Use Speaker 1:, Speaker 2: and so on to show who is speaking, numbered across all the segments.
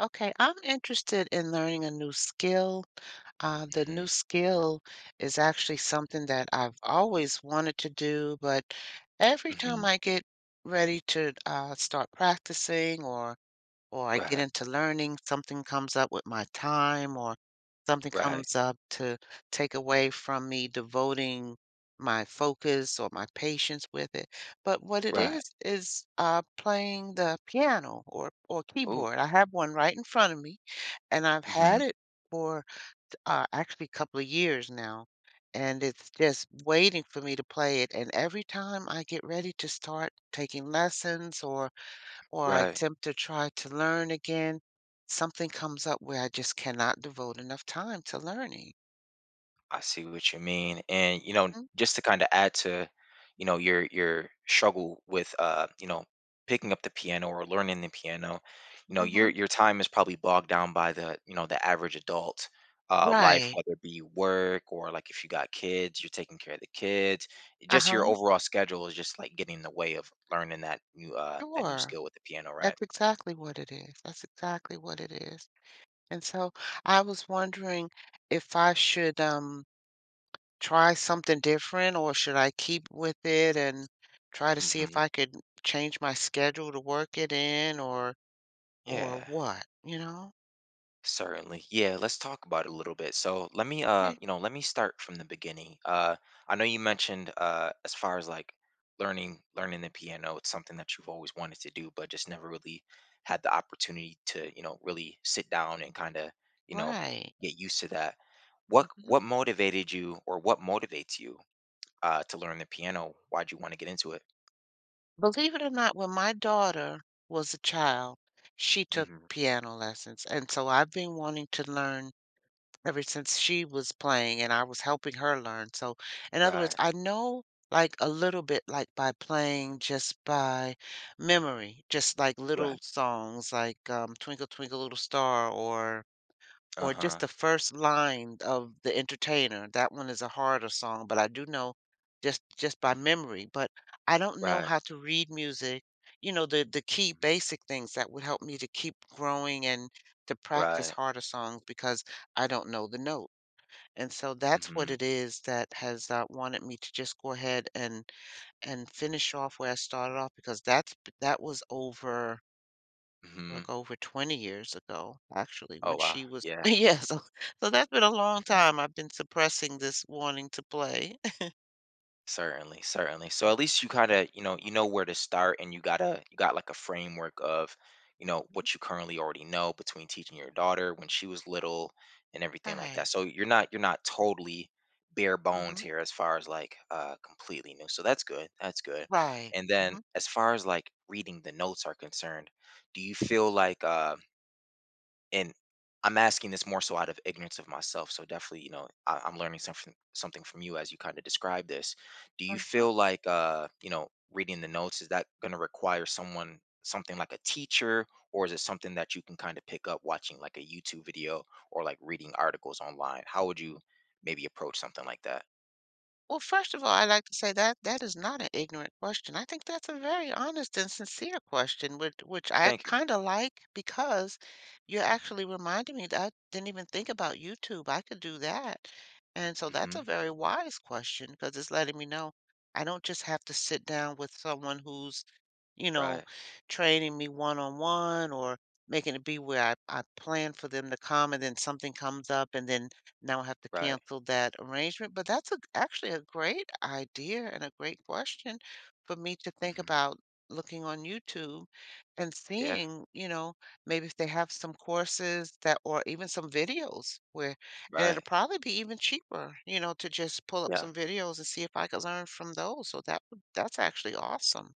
Speaker 1: Okay, I'm interested in learning a new skill. The new
Speaker 2: Mhm,
Speaker 1: skill is actually something that I've always wanted to do, but every time
Speaker 2: mhm.
Speaker 1: I get ready to start practicing or I get
Speaker 2: Right,
Speaker 1: into learning, something comes up with my time or something
Speaker 2: right,
Speaker 1: comes up to take away from me devoting my focus or my patience with it. But what it
Speaker 2: right.
Speaker 1: is playing the piano or
Speaker 2: Ooh,
Speaker 1: keyboard. I have one right in front of me, and I've
Speaker 2: mhm,
Speaker 1: had it for actually a couple of years now. And it's just waiting for me to play it. And every time I get ready to start taking lessons or I
Speaker 2: right.
Speaker 1: attempt to try to learn again, something comes up where I just cannot devote enough time to learning.
Speaker 2: I see what you mean, and, you know,
Speaker 1: Mm,
Speaker 2: just to kinda add to, you know, your struggle with, you know, picking up the piano or learning the piano, you know, your
Speaker 1: mhm.
Speaker 2: time is probably bogged down by the average adult, life,
Speaker 1: Right.
Speaker 2: whether it be work or, like, if you got kids, you're taking care of the kids. Just your
Speaker 1: Uh-huh.
Speaker 2: overall schedule is just, like, getting in the way of learning that new
Speaker 1: Sure.
Speaker 2: skill with the piano, right?
Speaker 1: That's exactly what it is. That's exactly what it is. And so I was wondering if I should try something different or should I keep with it and try to see if
Speaker 2: Mhm.
Speaker 1: I could change my schedule to work it in or
Speaker 2: Yeah.
Speaker 1: what,
Speaker 2: Certainly. Yeah, let's talk about it a little bit. So let me
Speaker 1: Okay.
Speaker 2: you know, let me start from the beginning. I know you mentioned as far as like learning the piano, it's something that you've always wanted to do, but just never really had the opportunity to, you know, really sit down and kind of, you know,
Speaker 1: Right.
Speaker 2: get used to that. What motivated you or what motivates you to learn the piano? Why'd you want to get into it?
Speaker 1: Believe it or not, when my daughter was a child, she took
Speaker 2: Hmm.
Speaker 1: piano lessons, and so I've been wanting to learn ever since she was playing and I was helping her learn, so in other words,
Speaker 2: Right,
Speaker 1: I know, like, a little bit, like, by playing just by memory, just, like,
Speaker 2: right.
Speaker 1: little songs like, "Twinkle Twinkle Little Star" or just
Speaker 2: Uh-huh.
Speaker 1: the first line of The Entertainer. That one is a harder song, but I do know just by
Speaker 2: Mhm,
Speaker 1: memory, but I don't know
Speaker 2: right,
Speaker 1: how to read music, you know, the key basic things that would help me to keep growing and to practice
Speaker 2: right.
Speaker 1: harder songs because I don't know the note. And so that's what
Speaker 2: Mm-hmm.
Speaker 1: it is that has wanted me to just go ahead and finish off where I started off because that's that was over
Speaker 2: Mm-hmm.
Speaker 1: like, over 20 years ago, actually,
Speaker 2: Oh
Speaker 1: when
Speaker 2: wow.
Speaker 1: she was
Speaker 2: Yeah.
Speaker 1: yeah, so so that's been a long time I've been suppressing this wanting to play.
Speaker 2: Certainly, certainly. So at least you kind of, you know where to start and you gotta you got like a framework of, you know,
Speaker 1: Mhm.
Speaker 2: what you currently already know between teaching your daughter when she was little and everything like that.
Speaker 1: Right.
Speaker 2: So you're not totally bare bones
Speaker 1: Mhm.
Speaker 2: here as far as like completely new. So that's good. That's good.
Speaker 1: Right.
Speaker 2: And then
Speaker 1: hmm
Speaker 2: as far as like reading the notes are concerned, do you feel like and I'm asking this more so out of ignorance of myself. So definitely, you know, I'm learning something from you as you kind of describe this. Do you feel like, you know, reading the notes is that going to require someone something like a teacher, or is it something that you can kind of pick up watching like a YouTube video or like reading articles online? How would you maybe approach something like that?
Speaker 1: Well, first of all, I'd like to say that that is not an ignorant question. I think that's a very honest and sincere question, which I
Speaker 2: Thank you.
Speaker 1: kind of like because you're
Speaker 2: Hmm.
Speaker 1: actually reminding me that I didn't even think about YouTube. I could do that. And so that's
Speaker 2: Hmm.
Speaker 1: a very wise question because it's letting me know I don't just have to sit down with someone who's, you know,
Speaker 2: Right.
Speaker 1: training me one on one or making it be where I plan for them to come and then something comes up and then now I have to
Speaker 2: Right.
Speaker 1: cancel that arrangement, but that's a g actually a great idea and a great question for me to think
Speaker 2: Hmm.
Speaker 1: about looking on YouTube and
Speaker 2: Yeah.
Speaker 1: seeing, you know, maybe if they have some courses that or even some videos where and
Speaker 2: Right.
Speaker 1: it'll probably be even cheaper, you know, to just pull up
Speaker 2: Yeah.
Speaker 1: some videos and see if I could learn from those, so that would that's actually awesome.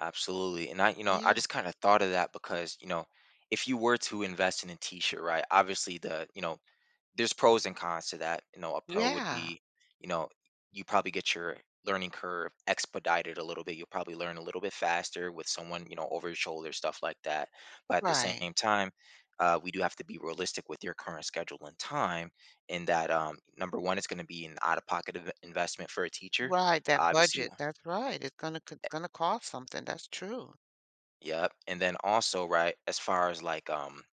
Speaker 2: Absolutely. And I, you know, I
Speaker 1: Yeah.
Speaker 2: just kind of thought of that because, you know, if you were to invest in a t-shirt, right? Obviously the, you know, there's pros and cons to that. You know, a pro would
Speaker 1: Yeah.
Speaker 2: be, you know, you probably get your learning curve expedited a little bit. You'll probably learn a little bit faster with someone, you know, over your shoulder, stuff like that. But at the
Speaker 1: Right.
Speaker 2: same time, we do have to be realistic with your current schedule and time in that number one, it's going to be an out-of-pocket investment for a teacher.
Speaker 1: Right, that
Speaker 2: Obviously.
Speaker 1: budget, that's right, it's gonna cost something, that's true.
Speaker 2: Yep. And then also, right, as far as like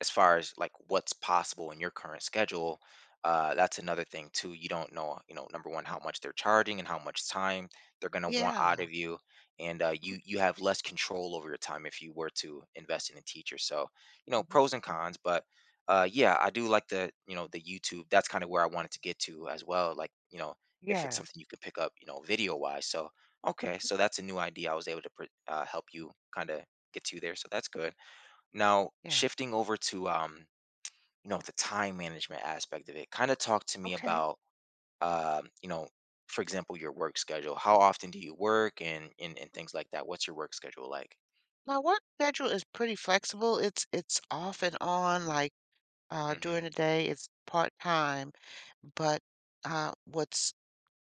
Speaker 2: as far as like what's possible in your current schedule, that's another thing too. You don't know, you know, number one, how much they're charging and how much time they're going to want
Speaker 1: Yeah.
Speaker 2: out of you. And
Speaker 1: Mhm.
Speaker 2: you have less control over your time if you were to invest in a teacher. So, you know,
Speaker 1: Mhm.
Speaker 2: pros and cons. But yeah, I do like the, you know, the YouTube. That's kind of where I wanted to get to as well. Like, you know, if it's
Speaker 1: Yes.
Speaker 2: something you can pick up, you know, video wise. So okay,
Speaker 1: Mhm.
Speaker 2: so that's a new idea. I was able to help you kind of get to there. So that's good. Now,
Speaker 1: Yeah.
Speaker 2: shifting over to you know, the time management aspect of it, kind of talk to me
Speaker 1: Okay.
Speaker 2: about you know, for example, your work schedule. How often do you work and and things like that? What's your work schedule like?
Speaker 1: My work schedule is pretty flexible. It's off and on, like,
Speaker 2: Mm-hmm.
Speaker 1: during the day, it's part-time, but, what's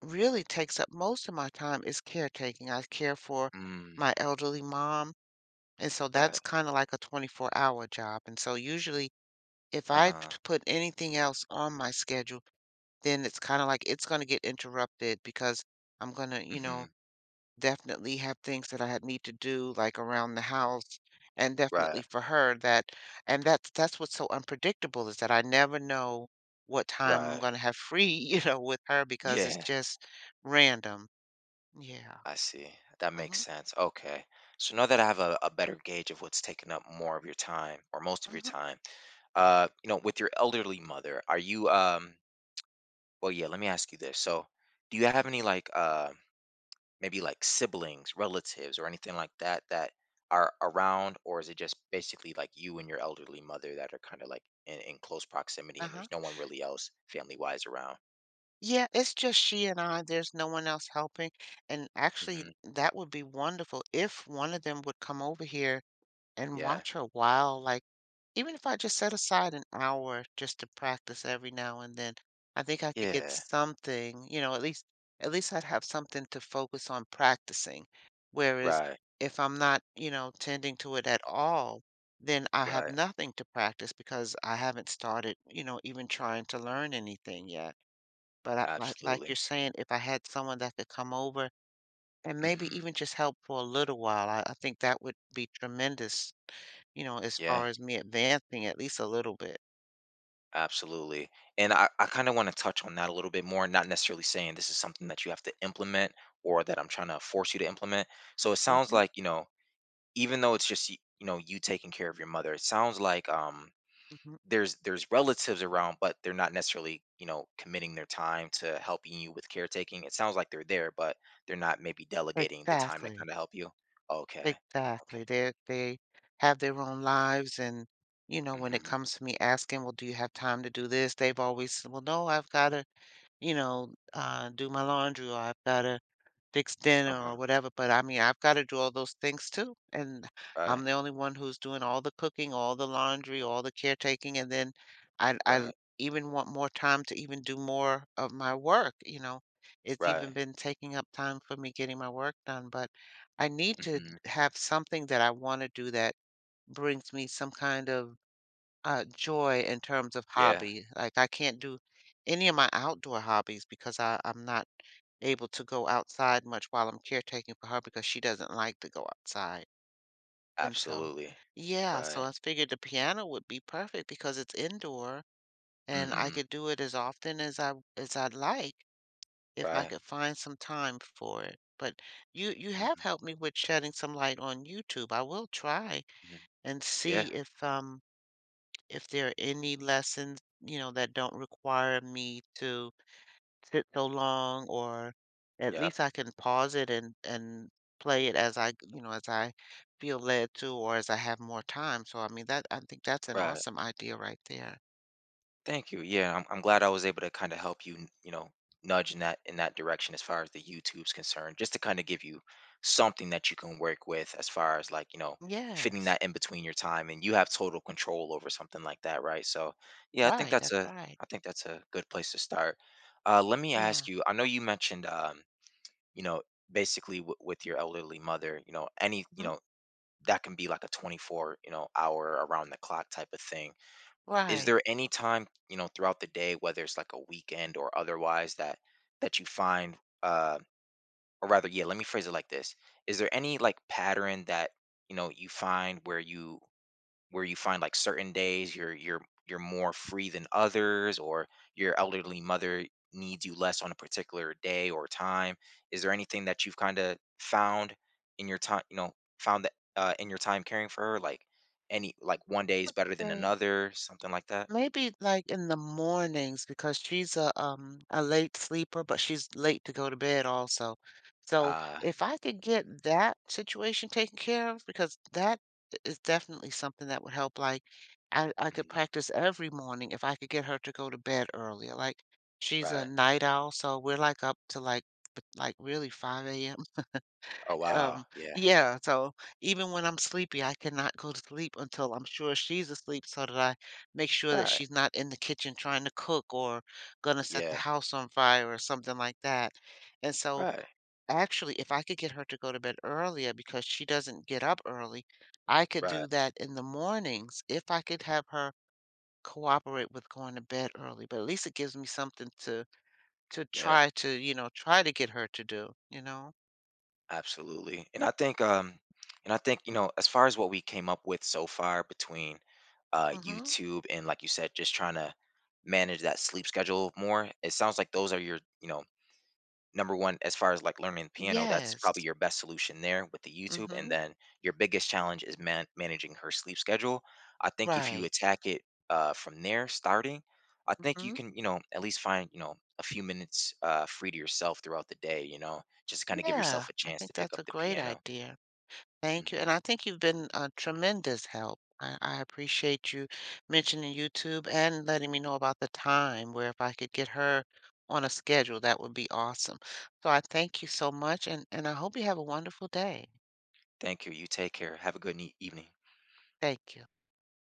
Speaker 1: really takes up most of my time is caretaking. I care for
Speaker 2: Mm,
Speaker 1: my elderly mom, and so that's
Speaker 2: right.
Speaker 1: kinda like a 24-hour job, and so usually, if I t
Speaker 2: Uh-huh.
Speaker 1: put anything else on my schedule, then it's kinda like it's gonna get interrupted because I'm gonna, you know,
Speaker 2: Mm-hmm.
Speaker 1: definitely have things that I had need to do, like, around the house, and definitely
Speaker 2: Right.
Speaker 1: for her that and that's what's so unpredictable is that I never know what time I'm
Speaker 2: Right.
Speaker 1: gonna have free, you know, with her because it's
Speaker 2: Yeah,
Speaker 1: just random. Yeah.
Speaker 2: I see. That makes
Speaker 1: Mhm,
Speaker 2: sense. Okay. So now that I have a better gauge of what's taking up more of your time or most of your
Speaker 1: mhm,
Speaker 2: time, you know, with your elderly mother, are you well, yeah, let me ask you this. So, do you have any like maybe like siblings, relatives, or anything like that that are around, or is it just basically like you and your elderly mother that are kind of like in close proximity and
Speaker 1: uh-huh.
Speaker 2: there's no one really else family wise around?
Speaker 1: Yeah, it's just she and I, there's no one else helping, and actually,
Speaker 2: Hmm.
Speaker 1: that would be wonderful if one of them would come over here and
Speaker 2: Yeah.
Speaker 1: watch her while, like, even if I just set aside an hour just to practice every now and then, I think I could get
Speaker 2: Yeah.
Speaker 1: something, you know, at least I'd have something to focus on practicing. Whereas
Speaker 2: Right.
Speaker 1: if I'm not, you know, tending to it at all, then I have
Speaker 2: Right.
Speaker 1: nothing to practice because I haven't started, you know, even trying to learn anything yet. But I, like you're
Speaker 2: Absolutely.
Speaker 1: saying, if I had someone that could come over and maybe
Speaker 2: Hmm.
Speaker 1: even just help for a little while, I think that would be tremendous, you know, as
Speaker 2: Yeah.
Speaker 1: far as me advancing at least a little bit.
Speaker 2: Absolutely. And I kind of want to touch on that a little bit more, not necessarily saying this is something that you have to implement or that I'm trying to force you to implement. So it sounds
Speaker 1: Mhm,
Speaker 2: like, you know, even though it's just you know, you taking care of your mother, it sounds like
Speaker 1: mhm.
Speaker 2: there's relatives around, but they're not necessarily, you know, committing their time to helping you with caretaking. It sounds like they're there, but they're not maybe delegating the time to
Speaker 1: Exactly,
Speaker 2: kind of help you. Okay, okay.
Speaker 1: exactly. They have their own lives and, you know, when it
Speaker 2: Mm-hmm.
Speaker 1: comes to me asking, "Well, do you have time to do this?" They've always said, "Well, no, I've gotta, you know, do my laundry or I've gotta fix dinner or
Speaker 2: Uh-huh.
Speaker 1: whatever," but I mean, I've gotta do all those things too, and
Speaker 2: Right,
Speaker 1: I'm the only one who's doing all the cooking, all the laundry, all the caretaking, and then I
Speaker 2: right,
Speaker 1: even want more time to even do more of my work, you know? It's even
Speaker 2: right.
Speaker 1: been taking up time for me getting my work done, but I need to
Speaker 2: Mm-hmm.
Speaker 1: have something that I wanna do that brings me some kind of, joy in terms of
Speaker 2: Yeah.
Speaker 1: hobby, like, I can't do any of my outdoor hobbies because I'm not able to go outside much while I'm caretaking for her because she doesn't like to go outside, and so
Speaker 2: Absolutely.
Speaker 1: yeah,
Speaker 2: Right.
Speaker 1: so I figured the piano would be perfect because it's indoor and I
Speaker 2: Mm-hmm.
Speaker 1: could do it as often as I'd like if I
Speaker 2: Right.
Speaker 1: could find some time for it, but you
Speaker 2: Mm-hmm.
Speaker 1: have helped me with shedding some light on YouTube. I will try
Speaker 2: Mm-hmm.
Speaker 1: and
Speaker 2: Yeah.
Speaker 1: see if there are any lessons, you know, that don't require me to sit so long or at
Speaker 2: Yep.
Speaker 1: least I can pause it and play it as I, you know, as I feel led to or as I have more time. So I mean that I think that's an
Speaker 2: Right.
Speaker 1: awesome idea right there.
Speaker 2: Thank you. Yeah, I'm glad I was able to kind of help you, you know, nudge in that direction as far as the YouTube's concerned, just to kind of give you something that you can work with as far as like, you know, fitting
Speaker 1: Yes.
Speaker 2: that in between your time, and you have total control over something like that, right? So, yeah, I think
Speaker 1: Right,
Speaker 2: that's
Speaker 1: that's
Speaker 2: a—
Speaker 1: right.
Speaker 2: I think that's a good place to start. Let me
Speaker 1: Yeah.
Speaker 2: ask you. I know you mentioned, you know, basically with your elderly mother, you know, any, you
Speaker 1: mhm,
Speaker 2: know, that can be like a 24, you know, hour around the clock type of thing. Is
Speaker 1: Right.
Speaker 2: there any time, you know, throughout the day, whether it's like a weekend or otherwise, that that you find uh or rather, yeah, let me phrase it like this. Is there any like pattern that, you know, you find where you find like certain days you're you're more free than others, or your elderly mother needs you less on a particular day or time? Is there anything that you've kind of found in your time, you know, found that, in your time caring for her, like any like one day is better than
Speaker 1: Right.
Speaker 2: another, something like that?
Speaker 1: Maybe like in the mornings because she's a late sleeper, but she's late to go to bed also. So
Speaker 2: Ah,
Speaker 1: if I could get that situation taken care of, because that is definitely something that would help. Like I could
Speaker 2: mhm,
Speaker 1: practice every morning if I could get her to go to bed earlier. Like she's a
Speaker 2: right.
Speaker 1: night owl, so we're like up to like like really 5 a.m.
Speaker 2: Oh, wow,
Speaker 1: Um,
Speaker 2: yeah.
Speaker 1: yeah, so even when I'm sleepy, I cannot go to sleep until I'm sure she's asleep so that I make sure that
Speaker 2: Right,
Speaker 1: she's not in the kitchen trying to cook or gonna set the
Speaker 2: yeah,
Speaker 1: house on fire or something like that. And so
Speaker 2: right,
Speaker 1: actually, if I could get her to go to bed earlier because she doesn't get up early, I could
Speaker 2: right,
Speaker 1: do that in the mornings if I could have her cooperate with going to bed early. But at least it gives me something to
Speaker 2: yeah,
Speaker 1: try to, you know, try to get her to do, you know?
Speaker 2: absolutely. And I think, and I think, you know, as far as what we came up with so far between,
Speaker 1: Mm-hmm.
Speaker 2: YouTube and, like you said, just trying to manage that sleep schedule more, it sounds like those are your, you know, number one, as far as like learning the piano, that's
Speaker 1: Yes.
Speaker 2: probably your best solution there with the YouTube. And
Speaker 1: Mm-hmm.
Speaker 2: then your biggest challenge is managing her sleep schedule. I think if you
Speaker 1: Right.
Speaker 2: attack it, from there, starting, I think you
Speaker 1: hmm
Speaker 2: can, you know, at least find, you know, a few minutes free to yourself throughout the day, you know, just kind of give
Speaker 1: Yeah,
Speaker 2: yourself a
Speaker 1: I
Speaker 2: chance to
Speaker 1: think
Speaker 2: pick
Speaker 1: that's
Speaker 2: up
Speaker 1: a
Speaker 2: the
Speaker 1: great
Speaker 2: piano.
Speaker 1: idea. Thank you.
Speaker 2: Hmm.
Speaker 1: And I think you've been a tremendous help. I appreciate you mentioning YouTube and letting me know about the time where if I could get her on a schedule, that would be awesome. So I thank you so much and I hope you have a wonderful day.
Speaker 2: Thank you. You take care. Have a good evening.
Speaker 1: Thank you.